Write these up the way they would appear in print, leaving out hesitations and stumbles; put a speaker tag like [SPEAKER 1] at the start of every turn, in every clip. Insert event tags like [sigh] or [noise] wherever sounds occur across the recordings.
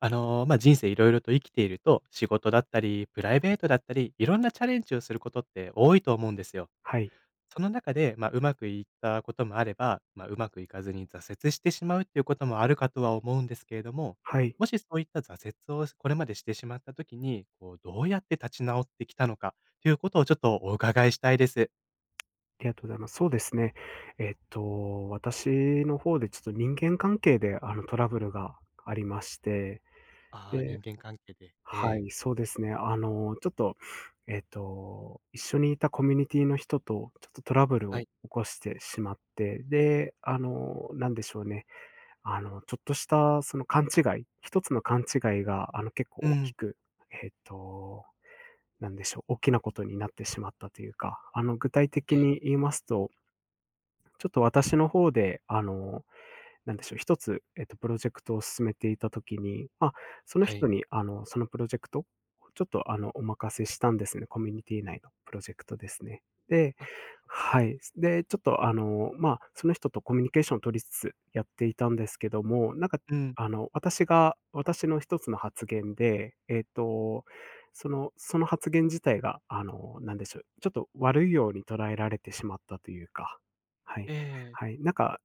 [SPEAKER 1] 人生いろいろと生きていると、仕事だったり、プライベートだったり、いろんなチャレンジをすることって多いと思うんですよ。
[SPEAKER 2] はい。
[SPEAKER 1] その中で、まあ、うまくいったこともあれば、まあ、うまくいかずに挫折してしまうっていうこともあるかとは思うんですけれども、
[SPEAKER 2] はい。
[SPEAKER 1] もしそういった挫折をこれまでしてしまった時に、こう、どうやって立ち直ってきたのかということをちょっとお伺いしたいです。
[SPEAKER 2] ありがとうございます。そうですね。私の方でちょっと人間関係で、トラブルがありまして、
[SPEAKER 1] ああ、
[SPEAKER 2] で、
[SPEAKER 1] 人間関係で。
[SPEAKER 2] は
[SPEAKER 1] ええ
[SPEAKER 2] い、そうですね。あの、ちょっと、えっと、一緒にいたコミュニティの人とちょっとトラブルを
[SPEAKER 1] はい。
[SPEAKER 2] 起こしてしまって、で、あの、なんでしょうね。あの、ちょっとしたその勘違い、一つの勘違いが、結構
[SPEAKER 1] う
[SPEAKER 2] 大き
[SPEAKER 1] ん。
[SPEAKER 2] く、えっと、なんでしょう、大きなことになってしまったというか、具体的
[SPEAKER 1] ええ
[SPEAKER 2] に言いますと、ちょっと私の方で、あの、なんでしょう、一つ、プロジェクトを進めていたときに、まあ、その
[SPEAKER 1] は
[SPEAKER 2] 人
[SPEAKER 1] い。
[SPEAKER 2] に、そのプロジェクトをちょっと、お任せしたんですね。コミュニティ内のプロジェクトですね。で、
[SPEAKER 1] あ、
[SPEAKER 2] はい。で、ちょっと、まあ、その人とコミュニケーションを取りつつやっていたんですけども、なんか、
[SPEAKER 1] うん。
[SPEAKER 2] 私の一つの発言で、その発言自体が、あの、なんでしょう、ちょっと悪いように捉えられてしまったというか、はい、
[SPEAKER 1] ええ
[SPEAKER 2] はい。なんか、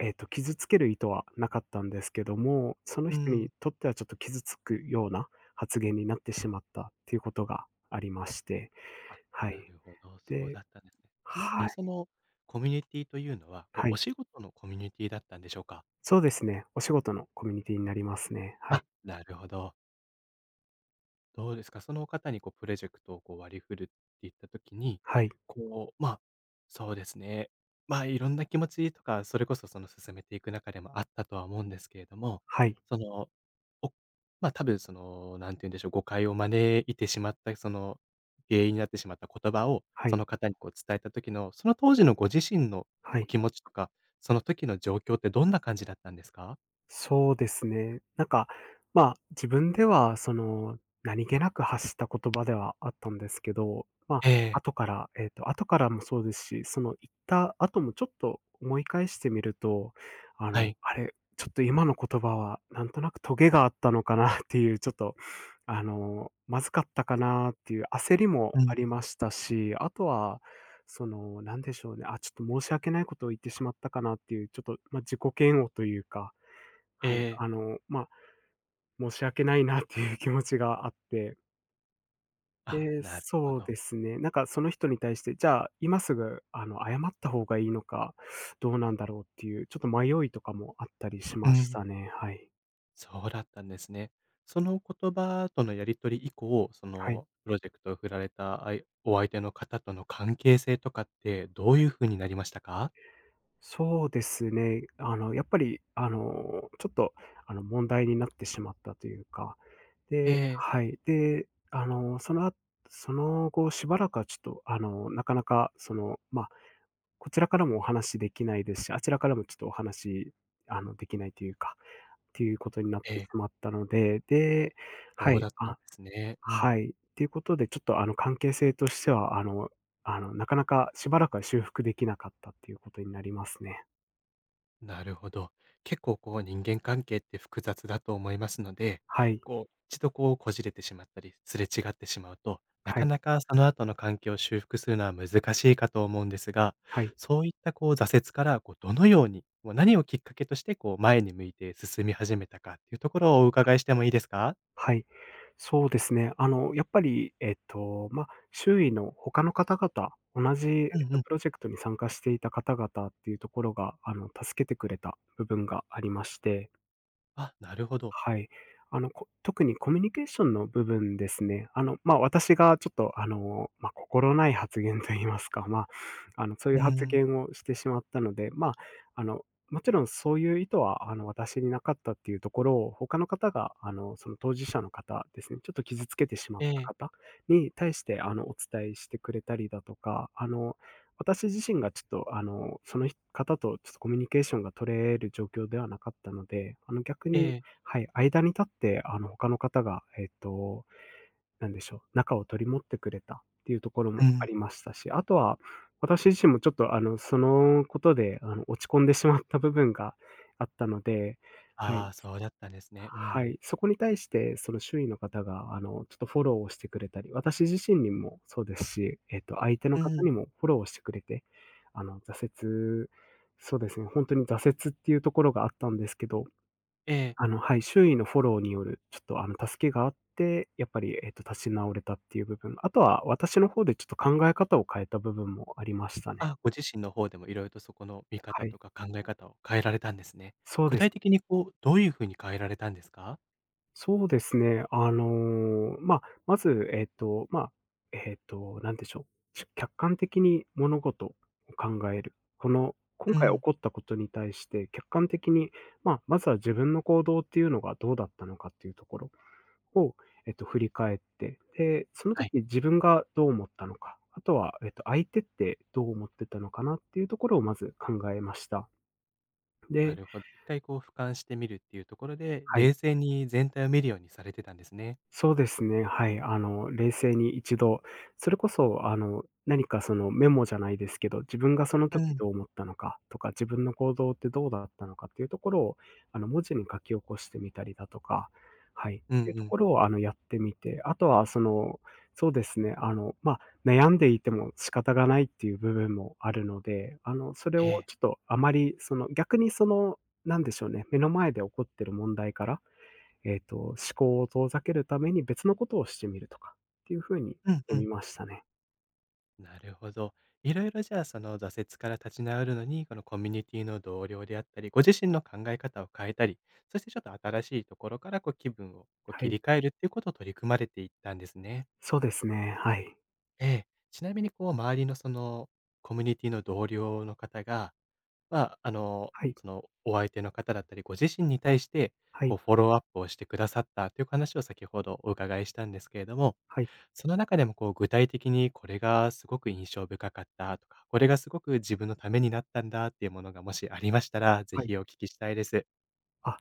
[SPEAKER 2] 傷つける意図はなかったんですけども、その
[SPEAKER 1] う
[SPEAKER 2] 人に
[SPEAKER 1] ん。
[SPEAKER 2] とってはちょっと傷つくような発言になってしまったっていうことがありまして。
[SPEAKER 1] あ、
[SPEAKER 2] は
[SPEAKER 1] な
[SPEAKER 2] い。
[SPEAKER 1] るほど、そう
[SPEAKER 2] で、
[SPEAKER 1] だったんですね。ちなみ
[SPEAKER 2] は
[SPEAKER 1] に
[SPEAKER 2] い、
[SPEAKER 1] そのコミュニティというのは、こ
[SPEAKER 2] は
[SPEAKER 1] う
[SPEAKER 2] い。
[SPEAKER 1] お仕事のコミュニティだったんでしょうか？
[SPEAKER 2] そうですね、お仕事のコミュニティになりますね。は
[SPEAKER 1] あ、
[SPEAKER 2] い。
[SPEAKER 1] なるほど。どうですか、その方にこうプロジェクトをこう割り振るって言った時に、
[SPEAKER 2] はい、
[SPEAKER 1] こう、まあ、そうですね、まあ、いろんな気持ちとか、それこそその進めていく中でもあったとは思うんですけれども、
[SPEAKER 2] はい、
[SPEAKER 1] そのおまあ、多分その、何て言うんでしょう、誤解を招いてしまった、その、原因になってしまった言葉を、
[SPEAKER 2] は
[SPEAKER 1] そ
[SPEAKER 2] い、
[SPEAKER 1] の方にこう伝えた時の、その当時のご自身の
[SPEAKER 2] は
[SPEAKER 1] お
[SPEAKER 2] い。
[SPEAKER 1] 気持ちとか、その時の状況ってどんな感じだったんですか？
[SPEAKER 2] そうですね。なんか、まあ、自分では、その、何気なく発した言葉ではあったんですけど、ま
[SPEAKER 1] え
[SPEAKER 2] あ、
[SPEAKER 1] え、
[SPEAKER 2] 後から、後からもそうですし、その言った後もちょっと思い返してみると、
[SPEAKER 1] はい。
[SPEAKER 2] あれ、ちょっと今の言葉はなんとなくトゲがあったのかなって [laughs] いう、ちょっと、まずかったかなっていう焦りも
[SPEAKER 1] うん。
[SPEAKER 2] ありましたし、あとは、その、なんでしょうね、あ、ちょっと申し訳ないことを言ってしまったかなっていう、ちょっと、まあ、自己嫌悪というか、
[SPEAKER 1] え
[SPEAKER 2] はい、
[SPEAKER 1] え、
[SPEAKER 2] まあ、申し訳ないなっていう気持ちがあって、
[SPEAKER 1] あ、
[SPEAKER 2] で、
[SPEAKER 1] なるほ
[SPEAKER 2] そう
[SPEAKER 1] ど。
[SPEAKER 2] ですね、なんかその人に対して、じゃあ、今すぐ、謝った方がいいのか、どうなんだろうっていう、ちょっと迷いとかもあったりし
[SPEAKER 1] う
[SPEAKER 2] まし
[SPEAKER 1] ん、
[SPEAKER 2] たね。はい。
[SPEAKER 1] そうだったんですね。その言葉とのやり取り以降、そ
[SPEAKER 2] はい。
[SPEAKER 1] のプロジェクトを振られたお相手の方との関係性とかってどういう風になりましたか？
[SPEAKER 2] そうですね、やっぱり、あの、ちょっと、あの、問題になってしまったというか、
[SPEAKER 1] え
[SPEAKER 2] で、
[SPEAKER 1] え、
[SPEAKER 2] はい、で、その後しばらくはちょっと、なかなかその、こちらからもお話しできないですし、あちらからもちょっとお話、できないというか、っていうことになっ
[SPEAKER 1] え
[SPEAKER 2] てし
[SPEAKER 1] え。
[SPEAKER 2] まったので、で、は
[SPEAKER 1] そうだ
[SPEAKER 2] い、
[SPEAKER 1] ったん
[SPEAKER 2] あ、
[SPEAKER 1] ですね。うん。
[SPEAKER 2] はい。っていうことで、ちょっと、関係性としては、なかなかしばらくは修復できなかったっていうことになりますね。
[SPEAKER 1] なるほど。結構こう人間関係って複雑だと思いますので、
[SPEAKER 2] はい、
[SPEAKER 1] こう一度こうこじれてしまったり、すれ違ってしまうと、な
[SPEAKER 2] は
[SPEAKER 1] か
[SPEAKER 2] い、
[SPEAKER 1] なかその後の関係を修復するのは難しいかと思うんですが、
[SPEAKER 2] はい、
[SPEAKER 1] そういったこう挫折からこうどのように、もう何をきっかけとしてこう前に向いて進み始めたかっていうところをお伺いしてもいいですか？
[SPEAKER 2] はい。そうですね。やっぱり、まあ、周囲の他の方々、同じ、
[SPEAKER 1] うんうん。
[SPEAKER 2] プロジェクトに参加していた方々っていうところが、助けてくれた部分がありまして、
[SPEAKER 1] あ、なるほど。
[SPEAKER 2] はい。特にコミュニケーションの部分ですね。まあ、私がちょっと、まあ、心ない発言と言いますか、まあ、そういう
[SPEAKER 1] う
[SPEAKER 2] 発
[SPEAKER 1] ん。
[SPEAKER 2] 言をしてしまったので、まあ、あの、もちろんそういう意図は、私になかったっていうところを、他の方が、その当事者の方ですね、ちょっと傷つけてしまっ
[SPEAKER 1] え
[SPEAKER 2] た
[SPEAKER 1] え、
[SPEAKER 2] 方に対して、お伝えしてくれたりだとか、私自身がちょっと、その方とちょっとコミュニケーションが取れる状況ではなかったので、逆
[SPEAKER 1] え
[SPEAKER 2] に、
[SPEAKER 1] え。
[SPEAKER 2] はい、間に立って、他の方が、えっと、なんでしょう、仲を取り持ってくれたっていうところ
[SPEAKER 1] う
[SPEAKER 2] もあ
[SPEAKER 1] ん。
[SPEAKER 2] りましたし、あとは、私自身もちょっと、そのことで、落ち込んでしまった部分があったので、はい。
[SPEAKER 1] ああ、そうだったんですね。う
[SPEAKER 2] は
[SPEAKER 1] ん。
[SPEAKER 2] い、そこに対して、その周囲の方が、ちょっとフォローをしてくれたり、私自身にもそうですし、相手の
[SPEAKER 1] う
[SPEAKER 2] 方
[SPEAKER 1] ん。
[SPEAKER 2] にもフォローをしてくれて、あの、挫折そうですね、本当に挫折っていうところがあったんですけど、
[SPEAKER 1] ええ。
[SPEAKER 2] はい、周囲のフォローによる、ちょっと助けがあって、やっぱり、立ち直れたっていう部分、あとは私の方でちょっと考え方を変えた部分もありましたね。
[SPEAKER 1] あ、ご自身の方でもいろいろとそこの見
[SPEAKER 2] は
[SPEAKER 1] 方
[SPEAKER 2] い。
[SPEAKER 1] とか考え方を変えられたんですね。
[SPEAKER 2] そう
[SPEAKER 1] 具
[SPEAKER 2] です。
[SPEAKER 1] 体的にこう、どういう風に変えられたんですか？
[SPEAKER 2] そうですね。まあ、まず、えっと、まあ、えっと、なんでしょう、し客観的に物事を考える。この、今
[SPEAKER 1] う
[SPEAKER 2] 回起
[SPEAKER 1] ん。
[SPEAKER 2] こったことに対して客観的に、まあ、まずは自分の行動っていうのがどうだったのかっていうところを、振り返って、で、その
[SPEAKER 1] は
[SPEAKER 2] 時
[SPEAKER 1] い、
[SPEAKER 2] 自分がどう思ったのか、あとは、相手ってどう思ってたのかなっていうところをまず考えました。
[SPEAKER 1] な
[SPEAKER 2] で、
[SPEAKER 1] るほど。一回こう俯瞰してみるっていうところで、
[SPEAKER 2] はい。
[SPEAKER 1] 冷静に全体を見るようにされてたんですね。
[SPEAKER 2] そうですね、はい。冷静に一度、それこそ、何かそのメモじゃないですけど、自分がその
[SPEAKER 1] う
[SPEAKER 2] 時
[SPEAKER 1] ん。
[SPEAKER 2] どう思ったのかとか、自分の行動ってどうだったのかっていうところを、文字に書き起こしてみたりだとか、はい、
[SPEAKER 1] うん
[SPEAKER 2] っ
[SPEAKER 1] う
[SPEAKER 2] ていうと
[SPEAKER 1] ん。
[SPEAKER 2] ころを、やってみて、あとはその、そうですね、まあ、悩んでいても仕方がないっていう部分もあるので、それ
[SPEAKER 1] え
[SPEAKER 2] を
[SPEAKER 1] え。
[SPEAKER 2] ちょっとあまり、その、逆にその、なんでしょうね、目の前で起こってる問題から、思考を遠ざけるために別のことをしてみるとかっていう風にし
[SPEAKER 1] うん
[SPEAKER 2] て
[SPEAKER 1] うん。
[SPEAKER 2] みましたね。
[SPEAKER 1] なるほど。いろいろじゃあその挫折から立ち直るのに、このコミュニティの同僚であったり、ご自身の考え方を変えたり、そしてちょっと新しいところからこう気分をこう
[SPEAKER 2] は
[SPEAKER 1] 切
[SPEAKER 2] い。
[SPEAKER 1] り替えるっていうことを取り組まれていったんですね。
[SPEAKER 2] そうですね。はい。
[SPEAKER 1] ええ。ちなみにこう周りのそのコミュニティの同僚の方が、まあ、あの、
[SPEAKER 2] はい。
[SPEAKER 1] そのお相手の方だったり、ご自身に対して
[SPEAKER 2] は
[SPEAKER 1] こう
[SPEAKER 2] い。
[SPEAKER 1] フォローアップをしてくださったという話を先ほどお伺いしたんですけれども、
[SPEAKER 2] はい。
[SPEAKER 1] その中でもこう具体的にこれがすごく印象深かったとか、これがすごく自分のためになったんだっていうものがもしありましたら、ぜ
[SPEAKER 2] はい。
[SPEAKER 1] ひお聞きしたいです。
[SPEAKER 2] あ、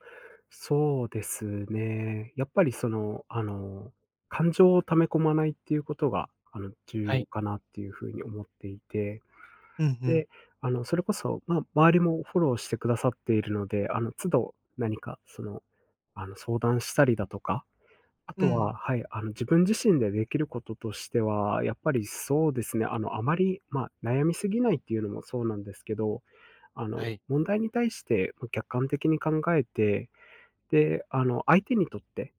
[SPEAKER 2] そうですね。やっぱりその、感情を溜め込まないっていうことが、重
[SPEAKER 1] は
[SPEAKER 2] 要
[SPEAKER 1] い。
[SPEAKER 2] かなっていう風に思っていて、
[SPEAKER 1] うんうん。
[SPEAKER 2] で、それこそ、まあ、周りもフォローしてくださっているので、都度何かその、相談したりだとか、あ
[SPEAKER 1] う
[SPEAKER 2] とは、
[SPEAKER 1] ん。
[SPEAKER 2] はい、自分自身でできることとしては、やっぱりそうですね、あまり、まあ、悩みすぎないっていうのもそうなんですけど、
[SPEAKER 1] はい。
[SPEAKER 2] 問題に対してまあ客観的に考えて、で、相手にとって、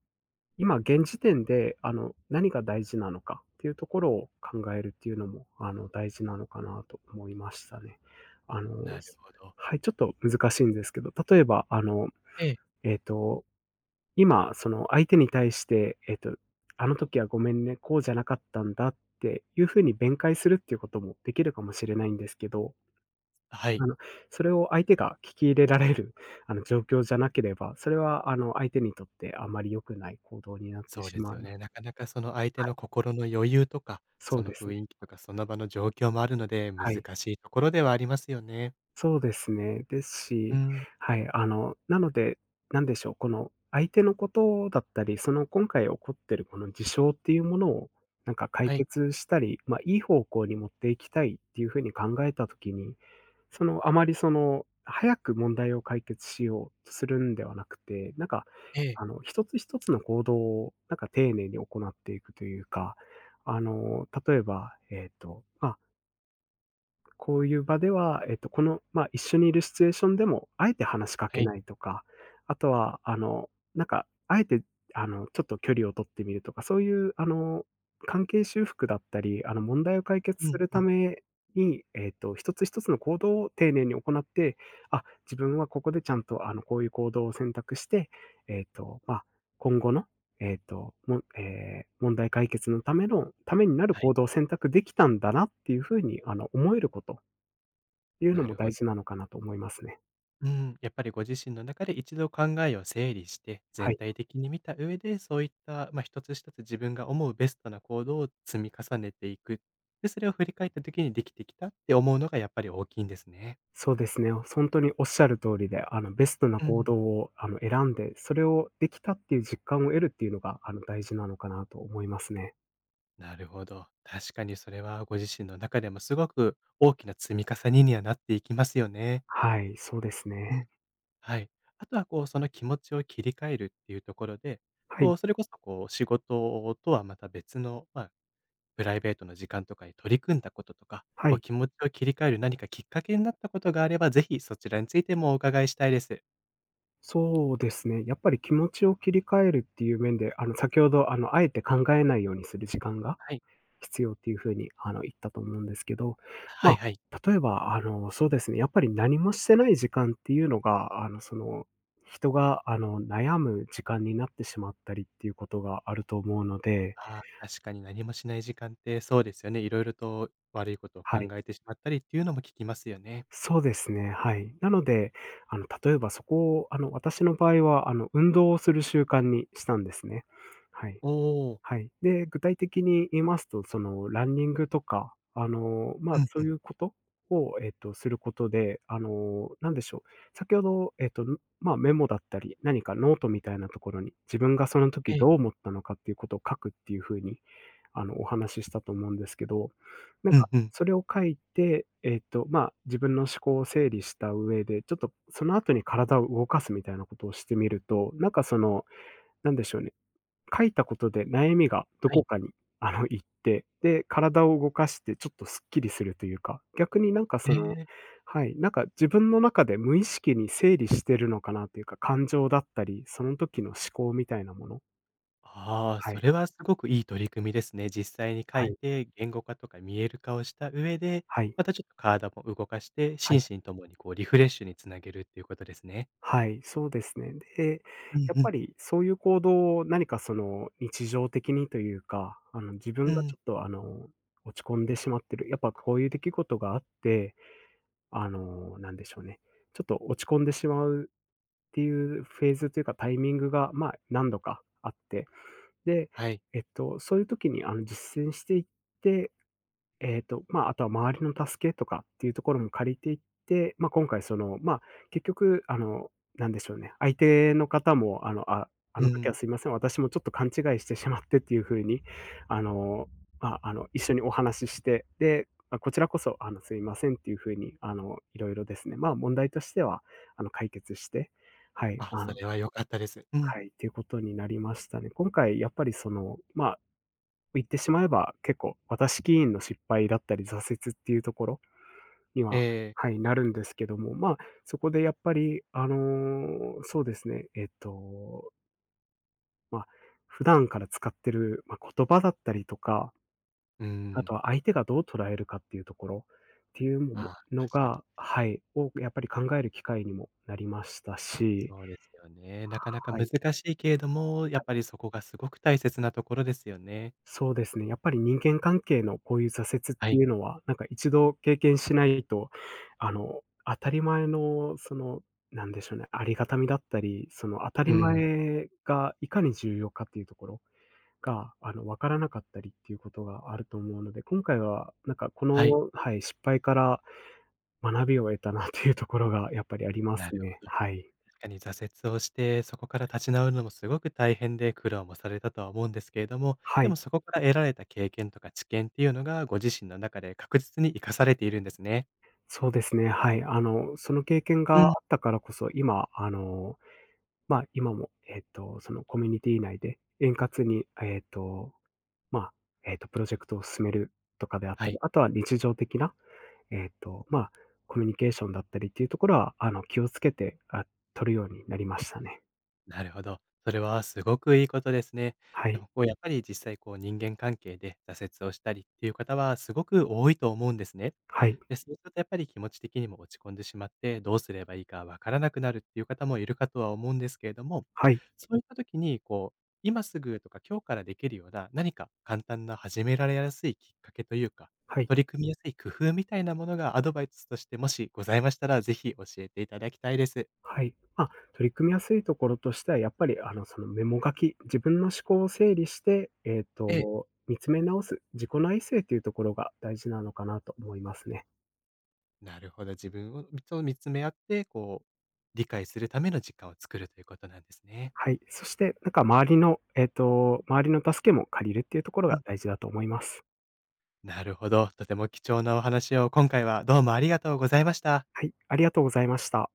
[SPEAKER 2] 今現時点で、何が大事なのかっていうところを考えるっていうのも、大事なのかなと思いましたね。あの
[SPEAKER 1] なるほど。
[SPEAKER 2] はい、ちょっと難しいんですけど、例えば、
[SPEAKER 1] ええ。
[SPEAKER 2] えっと今、その相手に対して、あの時はごめんね、こうじゃなかったんだっていう風に弁解するっていうこともできるかもしれないんですけど、
[SPEAKER 1] は
[SPEAKER 2] あ
[SPEAKER 1] い。
[SPEAKER 2] の、それを相手が聞き入れられる、状況じゃなければ、それは相手にとってあまり良くない行動になって
[SPEAKER 1] そう
[SPEAKER 2] し
[SPEAKER 1] です
[SPEAKER 2] まう
[SPEAKER 1] よ
[SPEAKER 2] ので。
[SPEAKER 1] ね。なかなかその相手
[SPEAKER 2] はい、
[SPEAKER 1] の心の余裕とか、
[SPEAKER 2] そ
[SPEAKER 1] そ
[SPEAKER 2] う
[SPEAKER 1] の
[SPEAKER 2] です
[SPEAKER 1] 雰
[SPEAKER 2] ね。
[SPEAKER 1] 囲気とか、その場の状況もあるので、難
[SPEAKER 2] はい。
[SPEAKER 1] しいところではありますよね。
[SPEAKER 2] そうですね。です
[SPEAKER 1] う
[SPEAKER 2] し、
[SPEAKER 1] ん。
[SPEAKER 2] はい、なので、なんでしょう、この相手のことだったり、その今回起こってるこの事象っていうものを、解
[SPEAKER 1] はい。
[SPEAKER 2] 決したり、いい方向に持っていきたいっていうふうに考えたときに、あまり早く問題を解決しようとするんではなくて、
[SPEAKER 1] ええ。
[SPEAKER 2] 一つ一つの行動を丁寧に行っていくというか、例えば、こういう場では、えっと、この、まあ、一緒にいるシチュエーションでも、あえて話しか
[SPEAKER 1] は
[SPEAKER 2] け
[SPEAKER 1] い。
[SPEAKER 2] ないとか、あとは、あえて、ちょっと距離を取ってみるとか、そういう、関係修復だったり、問題を解決
[SPEAKER 1] う
[SPEAKER 2] す
[SPEAKER 1] ん
[SPEAKER 2] る
[SPEAKER 1] う
[SPEAKER 2] た
[SPEAKER 1] ん。
[SPEAKER 2] めに、一つ一つの行動を丁寧に行って、あ、自分はここでちゃんと、こういう行動を選択して、えっと、まあ、今後のえっと、もえー問題解決のためになる
[SPEAKER 1] はい。
[SPEAKER 2] 行動を選択できたんだなっていうふうに、思えることっていうの
[SPEAKER 1] な
[SPEAKER 2] も
[SPEAKER 1] るほ
[SPEAKER 2] 大
[SPEAKER 1] ど。
[SPEAKER 2] 事なのかなと思いますね。
[SPEAKER 1] うん。やっぱりご自身の中で一度考えを整理して、
[SPEAKER 2] は
[SPEAKER 1] 全
[SPEAKER 2] い。
[SPEAKER 1] 体的に見た上で、そういった、まあ、一つ一つ自分が思うベストな行動を積み重ねていく。で、それを振り返った時にできてきたって思うのがやっぱり大きいんですね。
[SPEAKER 2] そうですね。本当におっしゃる通りで、ベストな
[SPEAKER 1] う
[SPEAKER 2] 行
[SPEAKER 1] ん。
[SPEAKER 2] 動を、選んで、それをできたっていう実感を得るっていうのが、大事なのかなと思いますね。
[SPEAKER 1] なるほど。確かにそれはご自身の中でもすごく大きな積み重ねにはなっていきますよね。
[SPEAKER 2] はい、そうです
[SPEAKER 1] う
[SPEAKER 2] ね。
[SPEAKER 1] ん。はい。あとはこう、その気持ちを切り替えるっていうところで、
[SPEAKER 2] は
[SPEAKER 1] こ
[SPEAKER 2] い。
[SPEAKER 1] う、それこそこう、仕事とはまた別の、まあ、プライベートの時間とかに取り組んだこととか、
[SPEAKER 2] は
[SPEAKER 1] こう、
[SPEAKER 2] い。
[SPEAKER 1] 気持ちを切り替える何かきっかけになったことがあれば、ぜひそちらについてもお伺いしたいです。
[SPEAKER 2] そうですね。やっぱり気持ちを切り替えるっていう面で、先ほど、あえて考えないようにする時間が
[SPEAKER 1] はい。
[SPEAKER 2] 必要っていうふうに、言ったと思うんですけど、
[SPEAKER 1] はい
[SPEAKER 2] ま
[SPEAKER 1] はい。
[SPEAKER 2] 例えば、そうですね、やっぱり何もしてない時間っていうのが、人が、悩む時間になってしまったりっていうことがあると思うので。
[SPEAKER 1] ああ、確かに何もしない時間ってそうですよね。いろいろと悪いことを考
[SPEAKER 2] はい。
[SPEAKER 1] えてしまったりっていうのも聞きますよね。
[SPEAKER 2] そうですね、はい。なので、例えばそこを、私の場合は、運動をする習慣にしたんですね。はい。
[SPEAKER 1] おお。
[SPEAKER 2] はい。で、具体的に言いますと、ランニングとか、
[SPEAKER 1] う
[SPEAKER 2] そうい
[SPEAKER 1] ん
[SPEAKER 2] うことを、することで、なんでしょう、先ほど、メモだったり、何かノートみたいなところに、自分がその時
[SPEAKER 1] ええ。
[SPEAKER 2] どう思ったのかっていうことを書くっていう風に、お話ししたと思うんですけど、
[SPEAKER 1] うん。うんうん。
[SPEAKER 2] それを書いて、自分の思考を整理した上で、ちょっとその後に体を動かすみたいなことをしてみると、なんでしょうね書いたことで悩みがど
[SPEAKER 1] は
[SPEAKER 2] こ
[SPEAKER 1] い。
[SPEAKER 2] かに、行って、で、体を動かしてちょっとすっきりするというか、逆に
[SPEAKER 1] ええ。
[SPEAKER 2] はい、自分の中で無意識に整理してるのかなというか、感情だったり、その時の思考みたいなもの。
[SPEAKER 1] ああ、
[SPEAKER 2] は
[SPEAKER 1] そ
[SPEAKER 2] い、
[SPEAKER 1] れはすごくいい取り組みですね。実際に書
[SPEAKER 2] は
[SPEAKER 1] い
[SPEAKER 2] い、
[SPEAKER 1] て、言語化とか見える化をした上で、
[SPEAKER 2] はい、
[SPEAKER 1] またちょっと体も動かして、
[SPEAKER 2] は
[SPEAKER 1] 心
[SPEAKER 2] い、
[SPEAKER 1] 身ともにこうリフレッシュにつなげるっていうことですね。
[SPEAKER 2] はい、そうですね。で、
[SPEAKER 1] うん
[SPEAKER 2] やっ
[SPEAKER 1] う
[SPEAKER 2] ぱ
[SPEAKER 1] ん。
[SPEAKER 2] りそういう行動を何かその日常的にというか、自
[SPEAKER 1] う
[SPEAKER 2] 分がち
[SPEAKER 1] ん。
[SPEAKER 2] ょっと落ち込んでしまってる、やっぱこういう出来事があってなんでしょうね、ちょっと落ち込んでしまうっていうフェーズというかタイミングが、何度かあって、で、
[SPEAKER 1] はい。
[SPEAKER 2] そういう時に実践していって、あとは周りの助けとかっていうところも借りていって、今回結局なんでしょうね、相手の方もあ、あ
[SPEAKER 1] う
[SPEAKER 2] の時は
[SPEAKER 1] ん。
[SPEAKER 2] すいません、私もちょっと勘違いしてしまってっていう風に、あの、一緒にお話しして、で、こちらこそすいませんっていう風にいろいろですね、問題としては解決して、はい、
[SPEAKER 1] あ、それは良かったです。うん。
[SPEAKER 2] はい、っていうことになりましたね。今回やっぱり言ってしまえば、結構私起因の失敗だったり、挫折っていうところに
[SPEAKER 1] え
[SPEAKER 2] は、
[SPEAKER 1] え、
[SPEAKER 2] はい、なるんですけども、そこでやっぱり、そうですね、ま、普段から使ってる、言葉だったりとか、
[SPEAKER 1] う
[SPEAKER 2] あ
[SPEAKER 1] ん。
[SPEAKER 2] とは相手がどう捉えるかっていうところっていうのも
[SPEAKER 1] ああ、
[SPEAKER 2] の
[SPEAKER 1] 確かに。
[SPEAKER 2] がはい、をやっぱり考える機会にもなりましたし、
[SPEAKER 1] そうですよね。なかなか
[SPEAKER 2] は
[SPEAKER 1] 難
[SPEAKER 2] い。
[SPEAKER 1] しいけれども、やっぱりそこがすごく大切なところですよね。
[SPEAKER 2] そうですね、やっぱり人間関係のこういう挫折っ
[SPEAKER 1] は
[SPEAKER 2] て
[SPEAKER 1] い。
[SPEAKER 2] いうのは、一度経験しないと、当たり前のなんでしょうね、ありがたみだったり、その当た
[SPEAKER 1] う
[SPEAKER 2] り
[SPEAKER 1] ん。
[SPEAKER 2] 前がいかに重要かっていうところが、わからなかったりっていうことがあると思うので、今回はこ
[SPEAKER 1] はい。
[SPEAKER 2] の、はい、失敗から学びを得たなっていうところがやっぱりありま
[SPEAKER 1] なる
[SPEAKER 2] す
[SPEAKER 1] ほ
[SPEAKER 2] ね。
[SPEAKER 1] ど。
[SPEAKER 2] はい。
[SPEAKER 1] 確かに挫折をして、そこから立ち直るのもすごく大変で苦労もされたとは思うんですけれども、
[SPEAKER 2] は
[SPEAKER 1] でも
[SPEAKER 2] い。
[SPEAKER 1] そこから得られた経験とか知見っていうのが、ご自身の中で確実に活かされているんですね。
[SPEAKER 2] そうですね、はい。その経験が
[SPEAKER 1] う
[SPEAKER 2] あっ
[SPEAKER 1] ん。
[SPEAKER 2] たからこそ、今、今も、そのコミュニティ内で円滑に、まあ、プロジェクトを進めるとかであっ
[SPEAKER 1] は
[SPEAKER 2] たり、
[SPEAKER 1] い。
[SPEAKER 2] あとは日常的な、えっと、まあ、コミュニケーションだったりっていうところは、気をつけて、あ、取るようになりましたね。
[SPEAKER 1] なるほど。それはすごくいいことですね。
[SPEAKER 2] は
[SPEAKER 1] で
[SPEAKER 2] い。
[SPEAKER 1] もこうやっぱり実際こう人間関係で挫折をしたりっていう方はすごく多いと思うんですね。
[SPEAKER 2] はい。
[SPEAKER 1] で、そうするとやっぱり気持ち的にも落ち込んでしまってどうすればいいかわからなくなるっていう方もいるかとは思うんですけれども、
[SPEAKER 2] はい。
[SPEAKER 1] そういった時にこう今すぐとか今日からできるような何か簡単な始められやすいきっかけというか、
[SPEAKER 2] はい。
[SPEAKER 1] 取り組みやすい工夫みたいなものがアドバイスとしてもしございましたら、ぜひ教えていただきたいです。
[SPEAKER 2] はい。取り組みやすいところとしては、やっぱり、そのメモ書き、自分の思考を整理して、
[SPEAKER 1] ええ
[SPEAKER 2] 見つめ直す、自己内省っていうところが大事なのかなと思いますね。
[SPEAKER 1] なるほど、自分を見つめ合って、こう、理解するための時間を作るということなんですね。
[SPEAKER 2] はい。そして、周りの助けも借りるっていうところ
[SPEAKER 1] う
[SPEAKER 2] が
[SPEAKER 1] ん。
[SPEAKER 2] 大事だと思います。
[SPEAKER 1] なるほど、とても貴重なお話を今回はどうもありがとうございました。
[SPEAKER 2] はい、ありがとうございました。